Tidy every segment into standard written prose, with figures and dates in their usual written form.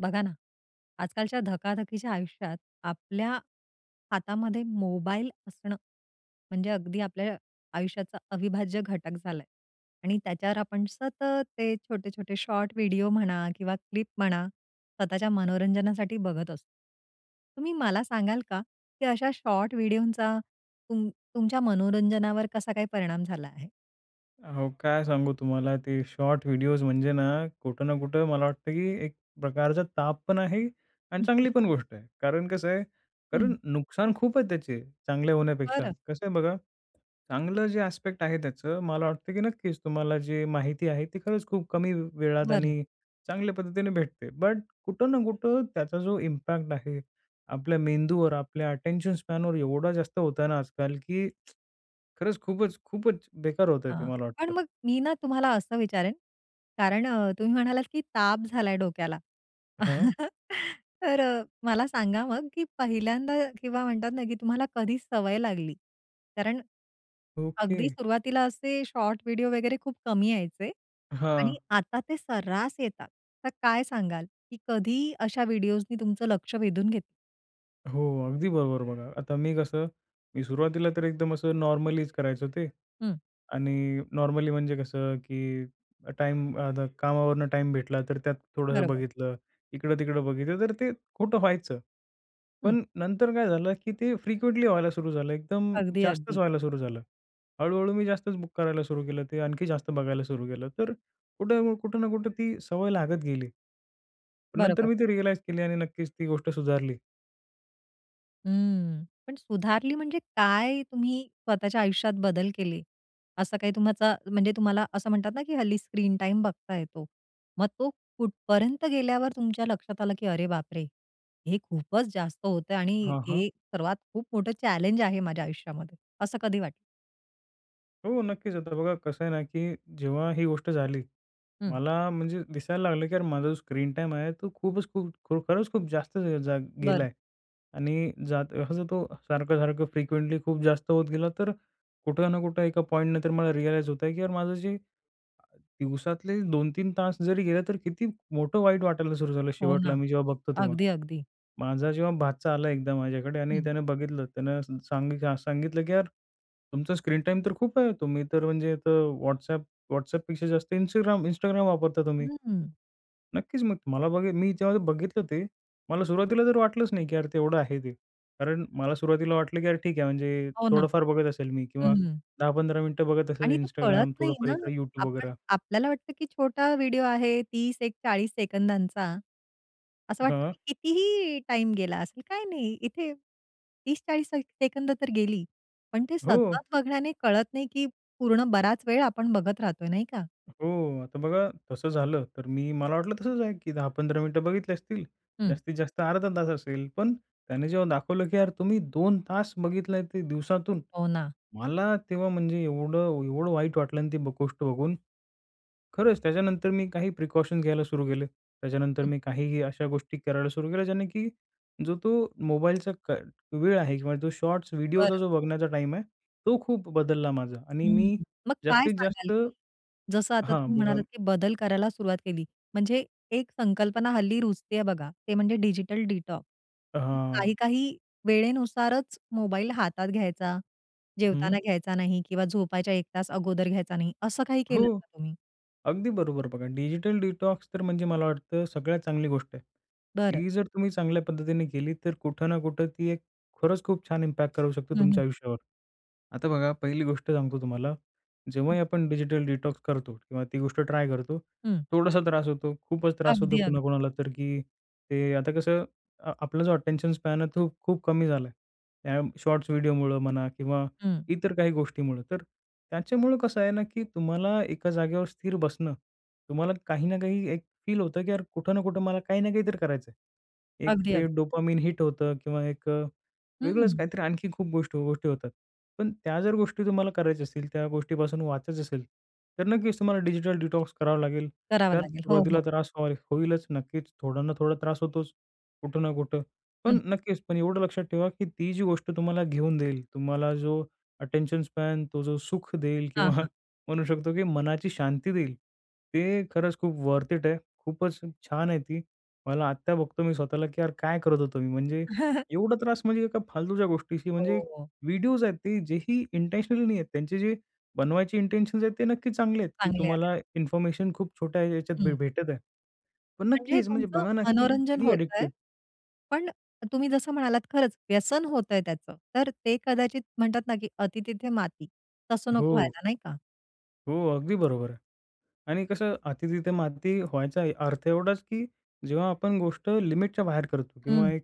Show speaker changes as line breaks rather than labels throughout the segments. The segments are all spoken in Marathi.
बघा ना, आजकालच्या धकाधकीच्या आयुष्यात आपल्या हातामध्ये मोबाईल असणं, म्हणजे अगदी आपल्या आयुष्याचा अविभाज्य घटक झालाय आणि त्याच्यावर आपण सतत ते छोटे-छोटे शॉर्ट व्हिडिओ म्हणा किंवा क्लिप म्हणा, स्वतःच्या मनोरंजनासाठी बघत असतो. तुम्ही मला सांगाल का, की अशा शॉर्ट व्हिडिओंचा तुम तुमच्या मनोरंजनावर कसा काही परिणाम झाला आहे?
अहो, काय सांगू तुम्हाला ते शॉर्ट व्हिडिओज म्हणजे ना, कुठं ना कुठं मला वाटतं, की एक प्रकारचा ताप पण आहे आणि चांगली पण गोष्ट आहे. कारण कसं आहे,
हं.
कारण नुकसान खूप आहे त्याचे चांगले होण्यापेक्षा.
बरं,
कसं आहे बघा, चांगलं जे ॲस्पेक्ट आहे त्याचं मला वाटतं, की नक्कीच तुम्हाला जी माहिती आहे ती खरंच खूप कमी वेळात
बरं.
आणि चांगल्या पद्धतीने भेटते. बट कुठं ना कुठं त्याचा जो इम्पॅक्ट आहे आपल्या मेंदूवर, आपल्या अटेन्शन स्पॅनवर एवढा जास्त होत ना आजकाल, की खरंच खूपच बेकार होतंय ते
हां.
मला
पण
वाटतं.
मग मी ना तुम्हाला असं विचारेन, कारण तुम्ही म्हणालात की ताप झालाय डोक्याला.
हां.
तर मला सांगा मग की पहिल्यांदा किंवा म्हणतात ना की तुम्हाला कधी सवय लागली? कारण
ओके.
अगदी सुरुवातीला असे शॉर्ट व्हिडिओ वगैरे खूप कमी यायचे
हां.
आणि आता ते सर्रास येतात. तर काय सांगाल की कधी अशा व्हिडिओजनी तुमचं लक्ष वेधून घेतलं?
हो, अगदी बरोबर बघा. आता मी कसं, मी सुरुवातीला तर एकदम असं नॉर्मलीच करायचो ते.
हं,
आणि नॉर्मली म्हणजे कसं, की टाईम आता कामावरनं टाईम भेटला, तर त्यात थोडंसं
बरोबर.
बघितलं, इकडं-तिकडं बघितलं, तर ते खोटं व्हायचं.
हं,
पण नंतर काय झालं, की ते फ्रिक्वेंटली व्हायला सुरू झालं. एकदम
अगदी,
जास्तच
अगदी.
व्हायला सुरू झालं. हळू-हळू मी जास्तच बुक करायला सुरू केलं. ते आणखी जास्त बघायला सुरू केलं. तर कुठं कुठं ना कुठं ती सवय लागत गेली. पण नंतर
बरोबर.
मी ते रिअलाईज केली आणि नक्कीच ती गोष्ट सुधारली.
हम्म. पण सुधारली म्हणजे काय तुम्ही स्वतःच्या आयुष्यात बदल केले? असं काही तुमचा म्हणजे तुम्हाला असं म्हणतात ना, की हल्ली स्क्रीन टाईम बघता येतो. मग तो कुठपर्यंत गेल्यावर तुमच्या लक्षात आलं, की "अरे बापरे! हे खूपच जास्त होतंय आणि
हां, हां.
हे सर्वात खूप मोठं चॅलेंज आहे माझ्या आयुष्यामध्ये." असं कधी वाटलं?
हो, नक्कीच. आता बघा कसं आहे ना, की जेव्हा ही गोष्ट झाली,
हं.
मला म्हणजे दिसायला लागलं, की यार माझा जो स्क्रीन टाईम आहे तो खरंच खूप जास्त जा जा-
बरं.
गेलाय आणि जात असं तो सारखं-सारखं फ्रिक्वेंटली खूप जास्त होत गेला, तर कुठं ना कुठं एका पॉइंटनंतर मला रिअलाईज होत आहे, की यार माझं जे दिवसातले 2 तीन तास जरी गेले, तर किती मोठं वाईट वाटायला सुरू झालं
हो
शेवटला
ना.
मी जेव्हा बघतो तेव्हा.
अगदी, अगदी.
माझा जेव्हा भाचा आला एकदा माझ्याकडे आणि
हं.
त्याने बघितलं, त्यानं सांगितलं, की "यार, तुमचा स्क्रीन टाईम तर खूप आहे. तुम्ही तर म्हणजे तर WhatsApp जास्त Instagram वापरता तुम्ही."
हं.
नक्कीच मग मला बघ मी जेव्हा बघितलं ते, मला सुरुवातीला तर वाटलंच नाही, की यार तेवढं आहे ते. कारण मला सुरुवातीला वाटलं, की यार ठीक आहे म्हणजे
हो ना.
थोडंफार बघत असेल मी किंवा
हं.
10-15 मिनिटं बघत
आणि
असेल
ते कळत
Instagram,
नाही
थोडंफार
ना.
इकडे YouTube
आपण
वगैरे.
आपल्याला वाटतं की छोटा व्हिडिओ आहे तीस एक 40 सेकंदांचा. असं वाटतं
हां.
की कितीही टाइम गेला असेल. काही नाही इथे तीस 40 सेकंद तर गेली. पण ते
हो,
सतत बघण्याने कळत नाही की पूर्ण बराच वेळ आपण बघत राहतोय नाही का?
हो. आता बघा तसं झालं, तर मला वाटलं तसंच आहे, की 10-15 मिनिटं बघितले असतील.
हं,
जास्तीत जास्त अर्धा तास असेल. पण त्याने जेव्हा दाखवलं, की यार तुम्ही 2 तास बघितलंय ते दिवसातून.
हो ना.
मला तेव्हा म्हणजे एवढं वाईट वाटलं ना ती गोष्ट बघून. खरंच त्याच्यानंतर मी काही प्रिकॉशन्स घ्यायला सुरू केले. त्याच्यानंतर
हं.
मी काही अशा गोष्टी करायला सुरू केल्या, ज्याने की जो तो मोबाईलचा वेळ आहे किंवा तो शॉर्ट्स व्हिडिओचा जो बघण्याचा टाईम आहे, तो खूप बदलला माझा आणि
हं.
मी
मग काय
जास्तीत
सांगाल?
जास्त
जसं आता
हां,
तुम्ही
बघा.
म्हणालात, की बदल करायला सुरुवात केली. म्हणजे एक संकल्पना हल्ली रुजतेय बघा, ते म्हणजे डिजिटल डिटॉक्स. की
हां.
काही-काही वेळेनुसारच मोबाईल हातात घ्यायचा,
हं.
जेवताना घ्यायचा नाही किंवा झोपायच्या 1 तास अगोदर घ्यायचा नाही. असं काही
हो,
केलं का तुम्ही?
अगदी बरोबर बघा. डिजिटल डिटॉक्स तर म्हणजे मला वाटतं सगळ्यात चांगली गोष्ट आहे.
बरं.
ती जर तुम्ही चांगल्या पद्धतीने केली, तर कुठं ना कुठं ती एक खरंच खूप छान इम्पॅक्ट करू शकते
हं, हं,
तुमच्या आयुष्यावर. आता बघा, पहिली गोष्ट सांगतो तुम्हाला.
हं,
जेव्हाही आपण डिजिटल डिटॉक्स करतो किंवा ती गोष्ट ट्राय करतो,
हं.
थोडासा त्रास होतो, खूपच त्रास होतो
अगदी, अगदी.
कुणाकुणाला तर, की ते आता कसं आपला जो अटेन्शन स्पॅन आहे तो खूप कमी झाला आहे. त्या शॉर्ट्स व्हिडिओमुळं म्हणा किंवा
हं.
इतर काही गोष्टीमुळं. तर त्याच्यामुळं कसं आहे ना, की तुम्हाला एका जागेवर स्थिर बसणं, तुम्हाला काही ना काही एक फील होतं, की यार कुठं ना कुठं मला काही ना काहीतरी करायचं आहे. एक
अगदी,
ते
अगदी.
डोपामाइन हिट होतं किंवा एक वेगळंच
हं.
काहीतरी आणखी खूप गोष्टी गोष्टी होतात. पण त्या जर गोष्टी तुम्हाला करायच्या असतील, त्या गोष्टीपासून वाचायचं असेल, तर नक्कीच तुम्हाला डिजिटल डिटॉक्स करावा लागेल.
करावं
त्यात
लागेल. हो,
सुरुवातीला
हो.
त्रास होईलच नक्कीच. थोडा ना थोडा त्रास होतोच, कुठं ना कुठं. पण
हं.
नक्कीच, पण एवढं लक्षात ठेवा, की ती जी गोष्ट तुम्हाला घेऊन देईल, तुम्हाला जो अटेन्शन स्पॅन, तो जो सुख देईल किंवा
हां, हां.
म्हणू शकतो, की मनाची शांती देईल, ते खरंच खूप वर्थ इट आहे. खूपच छान आहे ती. मला आत्ता बघतो मी स्वतःला, की यार काय करत होतो मी? म्हणजे एवढा त्रास म्हणजे एका फालतूच्या गोष्टीशी
हो,
म्हणजे
हो.
व्हिडिओज आहेत ते जेही इंटेन्शनली नाही आहेत. त्यांचे जे बनवायचे इंटेन्शन्स आहेत ते नक्की चांगले आहेत, की
चांगले आहेत.
तुम्हाला इन्फॉर्मेशन खूप छोट्या याच्यात भेटत आहे. पण
म्हणजे
नक्कीच म्हणजे
तुमचं
बघा ना, की
मनोरंजन
किती
होतंय.
ॲडिक्टिव्ह
पण तुम्ही जसं म्हणालात खरंच व्यसन होतंय त्याचं. तर ते कदाचित म्हणतात ना, की "अति तिथे माती." तसं
हो,
नको व्हायला नाही का?
हो. अगदी बरोबर. आणि कसं अति तिथे माती व्हायचा आहे. अर्थ एवढाच, की जेव्हा आपण गोष्ट लिमिटच्या बाहेर करतो किंवा
हं.
एक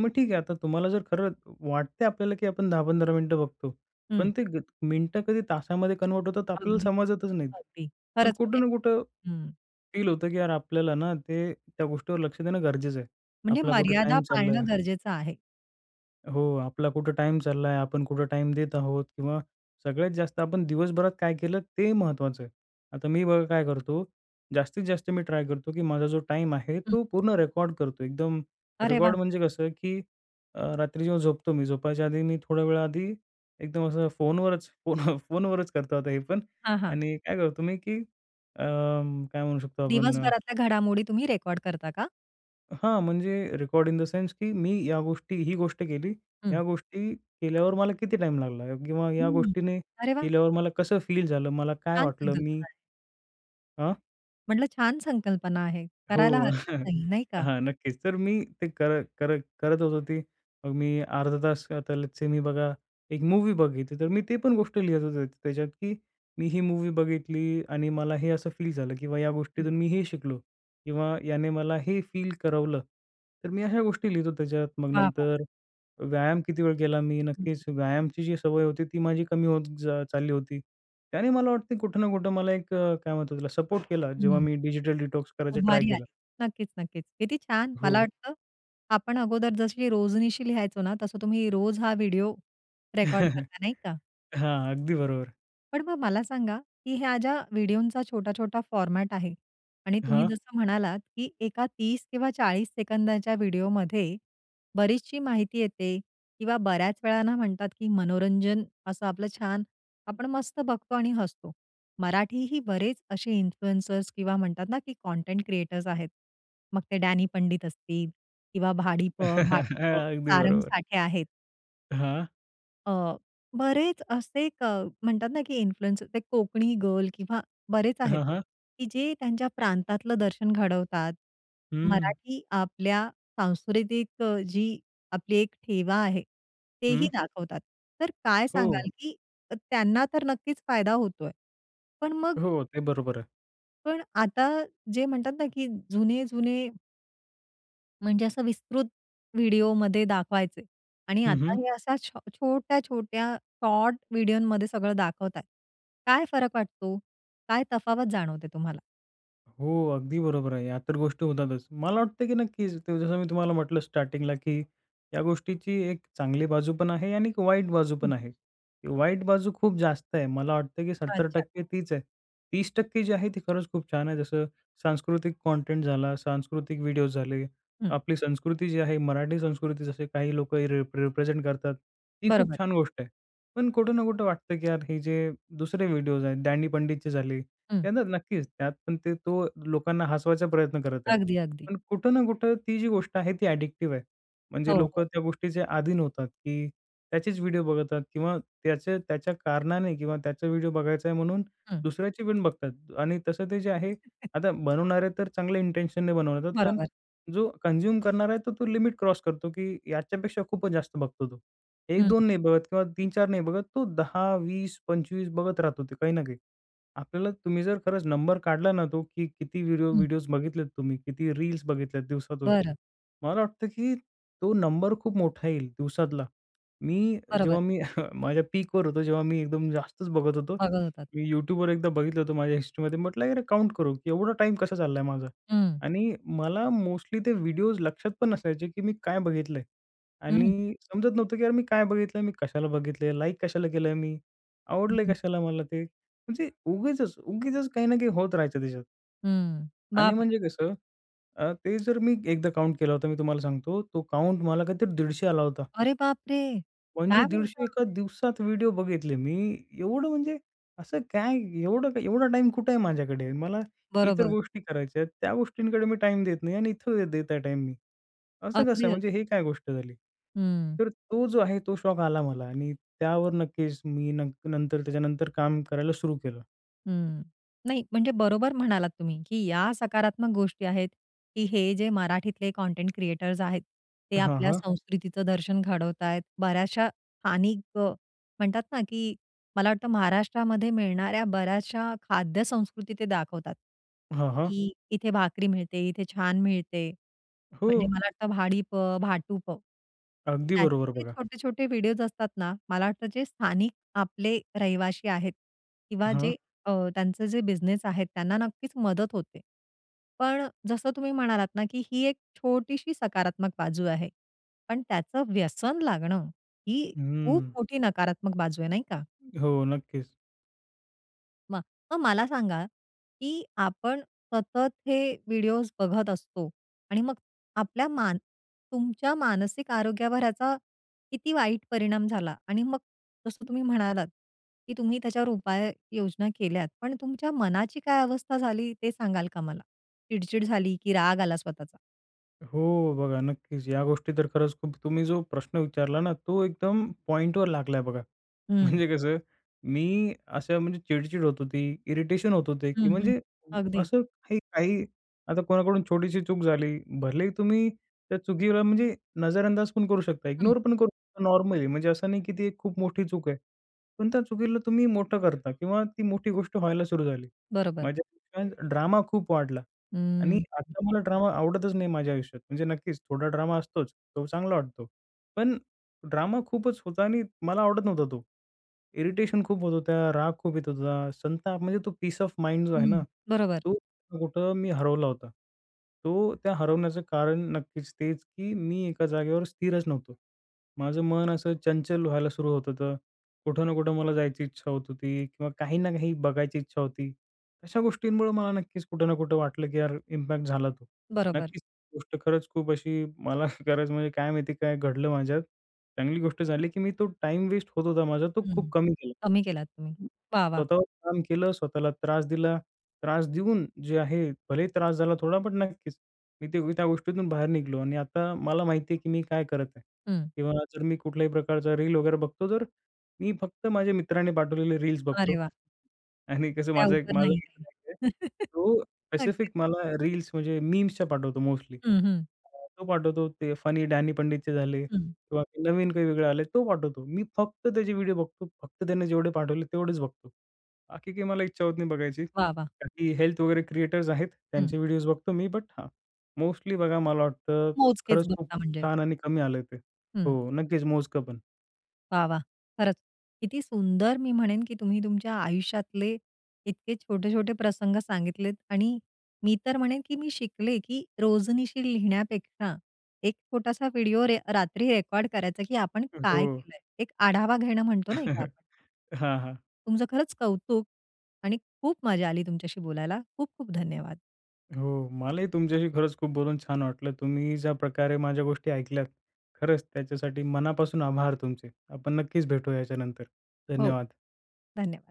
मग ठीक आहे, आता तुम्हाला जर खरं वाटते आपल्याला, की आपण 10-15 मिनिटं बघतो. पण
हं.
ते मिनिटं कधी तासामध्ये कन्व्हर्ट होतात आपल्याला
अगदी,
समजतच नाही.
अगदी.
पण
खरंच
कुठं
म्हणजे
ना कुठं
हं.
फील होतं, की यार आपल्याला ना ते त्या गोष्टीवर लक्ष देणं गरजेचं आहे.
म्हणजे
आपला कुठं
मर्यादा
टाईम
पाळणं
चाललाय.
गरजेचं आहे.
हो, आपला कुठं टाईम चाललाय, आपण कुठं टाईम देत आहोत किंवा सगळ्यात जास्त आपण दिवसभरात काय केलं ते महत्त्वाचं आहे. आता मी बघा काय करतो, जास्तीत जास्त मी ट्राय करतो, की माझा जो टाईम आहे
हं.
तो पूर्ण रेकॉर्ड करतो. एकदम
अरे वाह!
रेकॉर्ड म्हणजे कसं, की रात्री जेव्हा झोपतो मी, झोपायच्या आधी मी थोड्या वेळ आधी एकदम असं फोनवरच फोन फोनवरच करतो आता हे पण.
हां, हां.
आणि काय करतो मी, की अ, काय म्हणू शकतो आपण.
दिवसभरातल्या घडामोडी तुम्ही रेकॉर्ड करता का?
हां, म्हणजे रेकॉर्ड इन द सेन्स, की मी या गोष्टी ही गोष्ट केली,
हं.
या गोष्टी केल्यावर मला किती टाईम लागला किंवा या
हं.
गोष्टीने
अरे वाह!
केल्यावर मला कसं फील झालं, मला काय
छान
वाटलं मी.
संकल्पना आहे.
अ?
म्हटलं छान संकल्पना आहे.
हो.
करायला हरकत नाही, नाही का?
हां, नक्कीच. तर मी ते कर कर करत होतो ते. मग मी अर्धा तास आता मी बघा एक मूव्ही बघितली, तर मी ते पण गोष्ट लिहित होतो त्याच्यात, की मी ही मूव्ही बघितली आणि मला हे असं फील झालं किंवा या गोष्टीतून
हं.
मी हे शिकलो किंवा याने मला हे फील करवलं. तर मी अशा गोष्टी लिहितो त्याच्यात. मग
वाह, वाह!
नंतर व्यायाम किती वेळ केला मी.
हं.
नक्कीच व्यायामची जी सवय होती ती माझी कमी होत चालली होती. त्याने मला वाटते कुठं ना कुठं मला एक काय म्हणतात त्याला सपोर्ट केला जेव्हा मी डिजिटल डिटॉक्स करायचा ट्राय
उभारी
केला.
आली. नक्कीच, नक्कीच. किती छान.
हो.
मला हो. वाटतं आपण अगोदर जशी रोजनिशी लिहायचो ना, तसं तुम्ही रोज हा व्हिडिओ रेकॉर्ड करता, नाही का?
हां, अगदी बरोबर.
पण मग मला सांगा, की ह्या ज्या व्हिडिओंचा छोटा-छोटा फॉर्मॅट आहे आणि तुम्ही
हां.
जसं म्हणालात, की एका 30 किंवा 40 सेकंदाच्या व्हिडिओमध्ये बरीचशी माहिती येते किंवा बऱ्याच वेळा ना म्हणतात, की मनोरंजन असं आपलं छान आपण मस्त बघतो आणि हसतो. मराठीही बरेच असे इन्फ्लुएन्सर्स किंवा म्हणतात ना, की कंटेंट क्रिएटर्स आहेत. मग ते डॅनी पंडित असतील किंवा भाडीप भाडीप,
अगदी
सारंग
बरोबर.
साठे आहेत.
हां.
अ, बरेच असे क म्हणतात ना, की इन्फ्लुएन्सर ते कोकणी गर्ल किंवा बरेच आहेत,
हां, हां.
की जे त्यांच्या प्रांतातलं दर्शन घडवतात.
हं,
मराठी आपल्या सांस्कृतिक जी आपली एक ठेवा आहे, तेही
हं.
दाखवतात. तर काय
हो,
सांगाल, की त्यांना तर नक्कीच फायदा होतोय. पण मग
हो. ते बरोबर आहे.
पण आता जे म्हणतात ना, की जुने-जुने म्हणजे असं विस्तृत व्हिडिओमध्ये दाखवायचे आणि आता हे अशा छोट्या-छोट्या शॉर्ट व्हिडिओमध्ये सगळं दाखवतायत. काय फरक वाटतो? काय तफावत जाणवते तुम्हाला?
हो, अगदी बरोबर आहे. या तर गोष्टी होतातच. मला वाटतं की नक्कीच ते जसं मी तुम्हाला म्हटलं स्टार्टिंगला की या गोष्टीची एक चांगली बाजू पण आहे आणि एक वाईट बाजू
हं.
पण आहे. ती वाईट बाजू खूप जास्त आहे. मला वाटतं की सत्तर
अच्छा.
टक्के तीच आहे. 30% जी आहे ती खरंच खूप छान आहे. जसं सांस्कृतिक कंटेंट झाला, सांस्कृतिक व्हिडिओज झाले.
हं.
आपली संस्कृती जी आहे, मराठी संस्कृती जसे काही लोकं रिप्रेझेंट करतात, ती खूप
बरोबर.
छान गोष्ट आहे. पण कुठं ना कुठं वाटतं की यार हे जे दुसरे व्हिडिओज आहेत, डॅनी पंडितचे झाले
हं.
त्यांना नक्कीच त्यात पण ते तो लोकांना हसवायचा प्रयत्न करत आहे.
अगदी, अगदी.
पण कुठं ना कुठं ती जी गोष्ट आहे ती ॲडिक्टिव्ह आहे.
हो,
म्हणजे लोकं
हो.
त्या गोष्टीचे अधीन होतात, की त्याचेच व्हिडिओ बघतात किंवा त्याच्या त्याच्या कारणाने किंवा त्याचा व्हिडिओ बघायचा आहे म्हणून
हं.
दुसऱ्याची पण बघतात आणि तसं ते जे आहे आता बनवणारे तर चांगल्या इंटेन्शनने बनवतात, पण
बरोबर.
जो कन्झ्युम करणार आहे, तर तो लिमिट क्रॉस करतो, की याच्यापेक्षा खूपच जास्त बघतो तो.
हं,
1-2 नाही बघत किंवा 3-4 नाही बघत, तो 10, 20, 25 बघत राहतो ते काही ना काही. आपल्याला तुम्ही जर खरंच नंबर काढला ना तो, की किती व्हिडिओ
हं.
व्हिडिओज बघितलेत तुम्ही, किती रील्स बघितल्यात दिवसातून.
बरं.
मला वाटतं, की तो नंबर खूप मोठा येईल दिवसातला. मी जेव्हा
बरोबर.
मी माझ्या पीकवर होतो, जेव्हा मी एकदम जास्तच बघत होतो.
बघत होतात.
मी YouTubeवर एकदा बघितलं होतं माझ्या हिस्ट्रीमध्ये. म्हटलं, "अरे काउंट करू, की एवढा टाईम कसा चाललाय माझा?"
हं.
आणि मला मोस्टली ते व्हिडिओज लक्षात पण नसायचे, की मी काय बघितलंय
हं.
आणि समजत नव्हतं, की यार मी काय बघितलंय, मी कशाला बघितलंय, लाईक कशाला केलंय मी, आवडलंय
हं.
कशाला मला ते. म्हणजे उगीचच काही ना काही होत राहायचं त्याच्यात.
हं.
आणि
बाप
म्हणजे कसं ते जर मी एकदा काउंट केला होता, मी तुम्हाला सांगतो. तो काउंट मला काहीतरी 150 आला होता.
अरे बापरे!
म्हणजे
काय
150
म्हणता?
एका दिवसात व्हिडिओ बघितले मी. एवढं म्हणजे असं काय एवढा टाईम कुठे आहे माझ्याकडे? मला इतर
बरोबर.
गोष्टी करायच्या आहेत. त्या गोष्टींकडे मी टाईम देत नाही आणि इथं देत आहे टाईम मी. असं कसं
अगदी, अगदी.
म्हणजे हे काय गोष्ट झाली?
हं.
तर तो जो आहे तो शॉक आला मला आणि त्यावर नक्कीच मी न नंतर त्याच्यानंतर काम करायला सुरू केलं.
हं. नाही म्हणजे बरोबर म्हणालात तुम्ही, की या सकारात्मक गोष्टी आहेत, की हे जे मराठीतले कंटेंट क्रिएटर्स आहेत, ते
हां,
आपल्या
हां.
संस्कृतीचं दर्शन घडवतायत. बऱ्याचशा स्थानिक म्हणतात ना, की मला वाटतं महाराष्ट्रामध्ये मिळणाऱ्या बऱ्याचशा खाद्य संस्कृती ते दाखवतात,
हां, हां.
की इथे भाकरी मिळते, इथे छान मिळते.
हो,
म्हणजे मला वाटतं भाडीपं, भाटुपं.
अगदी
त्याचे
बरोबर
ते
बघा.
छोटे-छोटे व्हिडिओज असतात ना, मला वाटतं जे स्थानिक आपले रहिवासी आहेत किंवा
हां.
जे त्यांचे जे बिझनेस आहेत त्यांना नक्कीच मदत होते. पण जसं तुम्ही म्हणालात ना, की ही एक छोटीशी सकारात्मक बाजू आहे. पण त्याचं व्यसन लागणं ही
हं,
खूप मोठी नकारात्मक बाजू आहे, नाही का?
हो, नक्कीच.
मग मग मला सांगा, की आपण सतत हे व्हिडिओज बघत असतो आणि मग आपल्या मान तुमच्या मानसिक आरोग्यावर ह्याचा किती वाईट परिणाम झाला? आणि मग जसं तुम्ही म्हणालात, की तुम्ही त्याच्यावर उपाय योजना केल्यात. पण तुमच्या मनाची काय अवस्था झाली ते सांगाल का मला? चिडचिड झाली की राग आला स्वतःचा?
हो, बघा नक्कीच. या गोष्टी तर खरंच खूप तुम्ही जो प्रश्न विचारला ना, तो एकदम पॉइंटवर लागलाय बघा.
हं,
म्हणजे कसं, मी असं म्हणजे चिड होत होती, इरिटेशन होत होते,
हं,
की
हं.
म्हणजे
अगदी.
असं काही काही आता कोणाकडून छोटीशी चूक झाली, भले तुम्ही त्या चुकीला म्हणजे नजरअंदाज पण करू शकता,
हं.
इग्नोर पण करू शकता नॉर्मली. म्हणजे असं नाही की ती एक खूप मोठी चूक आहे. पण त्या चुकीला तुम्ही मोठं करता किंवा ती मोठी गोष्ट व्हायला सुरू झाली.
बरोबर.
माझ्या आयुष्यात ड्रामा खूप वाढला आणि
हं.
आता मला ड्रामा आवडतच नाही माझ्या आयुष्यात. म्हणजे नक्कीच थोडा ड्रामा असतोच, तो चांगला वाटतो. पण ड्रामा खूपच होता आणि मला आवडत नव्हता तो. इरिटेशन खूप होत होत्या, राग खूप येत होता, संताप म्हणजे तो पीस ऑफ माइंड जो आहे
हं.
ना,
बरोबर,
तो कुठं मी हरवला होता. तो त्या हरवण्याचं कारण नक्कीच तेच, की मी एका जागेवर स्थिरच नव्हतो. माझं मन असं चंचल व्हायला सुरू होत होतं. कुठं ना कुठं मला जायची इच्छा होत होती किंवा काही ना काही बघायची इच्छा होती. अशा गोष्टींमुळे मला नक्कीच कुठं ना कुठं वाटलं, की यार इम्पॅक्ट झाला तो.
बरोबर.
नक्कीच गोष्ट खरंच खूप अशी मला खरंच म्हणजे काय माहिती काय घडलं माझ्यात. चांगली गोष्ट झाली, की मी तो टाइम वेस्ट होत होता माझा, तो
हं.
खूप कमी केला.
कमी केलात तुम्ही. वाह! वाह!
स्वतःवर काम केलं, स्वतःला त्रास दिला. त्रास देऊन जे आहे, भलेही त्रास झाला थोडा, पण नक्कीच मी ते त्या गोष्टीतून बाहेर निघालो आणि आता मला माहिती आहे, की मी काय करत आहे
हं.
किंवा जर मी कुठल्याही प्रकारचा रील वगैरे बघतो, तर मी फक्त माझ्या मित्राने पाठवलेले रील्स बघतो
अरे वाह!
आणि कसं
त्या
माझा एक
उपर
माझा
नाही काही.
मित्र एक आहे, तो स्पेसिफिक
अगदीच.
मला रील्स म्हणजे मीम्सच्या पाठवतो मोस्टली.
हं, हं,
तो पाठवतो, ते फनी डॅनी पंडितचे झाले.
हं.
किंवा नवीन काही वेगळं आलंय तो पाठवतो. मी फक्त त्याचे व्हिडिओ बघतो. फक्त त्याने जेवढे पाठवले तेवढेच बघतो. बाकी काही मला इच्छा होत नाही बघायची.
वाह, वाह!
काही हेल्थ वगैरे क्रिएटर्स आहेत.
हं.
त्यांचे व्हिडिओज बघतो मी. बट हां, मोस्टली बघा मला वाटतं
मोजकेच
खरंच खूप
बघता म्हणजे.
छान आणि कमी आलंय ते.
हं.
हो, नक्कीच मोजकं पण.
वाह, वाह! खरंच किती सुंदर मी म्हणेन, की तुम्ही तुमच्या आयुष्यातले इतके छोटे-छोटे प्रसंग सांगितलेत आणि मी तर म्हणेन, की मी शिकले, की रोजनिशी लिहिण्यापेक्षा एक छोटासा व्हिडिओ रात्री रेकॉर्ड करायचा, की आपण
हो.
काय केलंय. एक आढावा घेणं म्हणतो ना एका आपण.
हां, हां.
तुमचं खरंच कौतुक आणि खूप मजा आली तुमच्याशी बोलायला. खूप-खूप धन्यवाद.
हो, मलाही तुमच्याशी खरंच खूप बोलून छान वाटलं. तुम्ही ज्या प्रकारे माझ्या गोष्टी ऐकल्यात, खरंच त्याच्यासाठी मनापासून आभार तुमचे. आपण नक्कीच भेटू याच्यानंतर.
हो,
धन्यवाद.
धन्यवाद.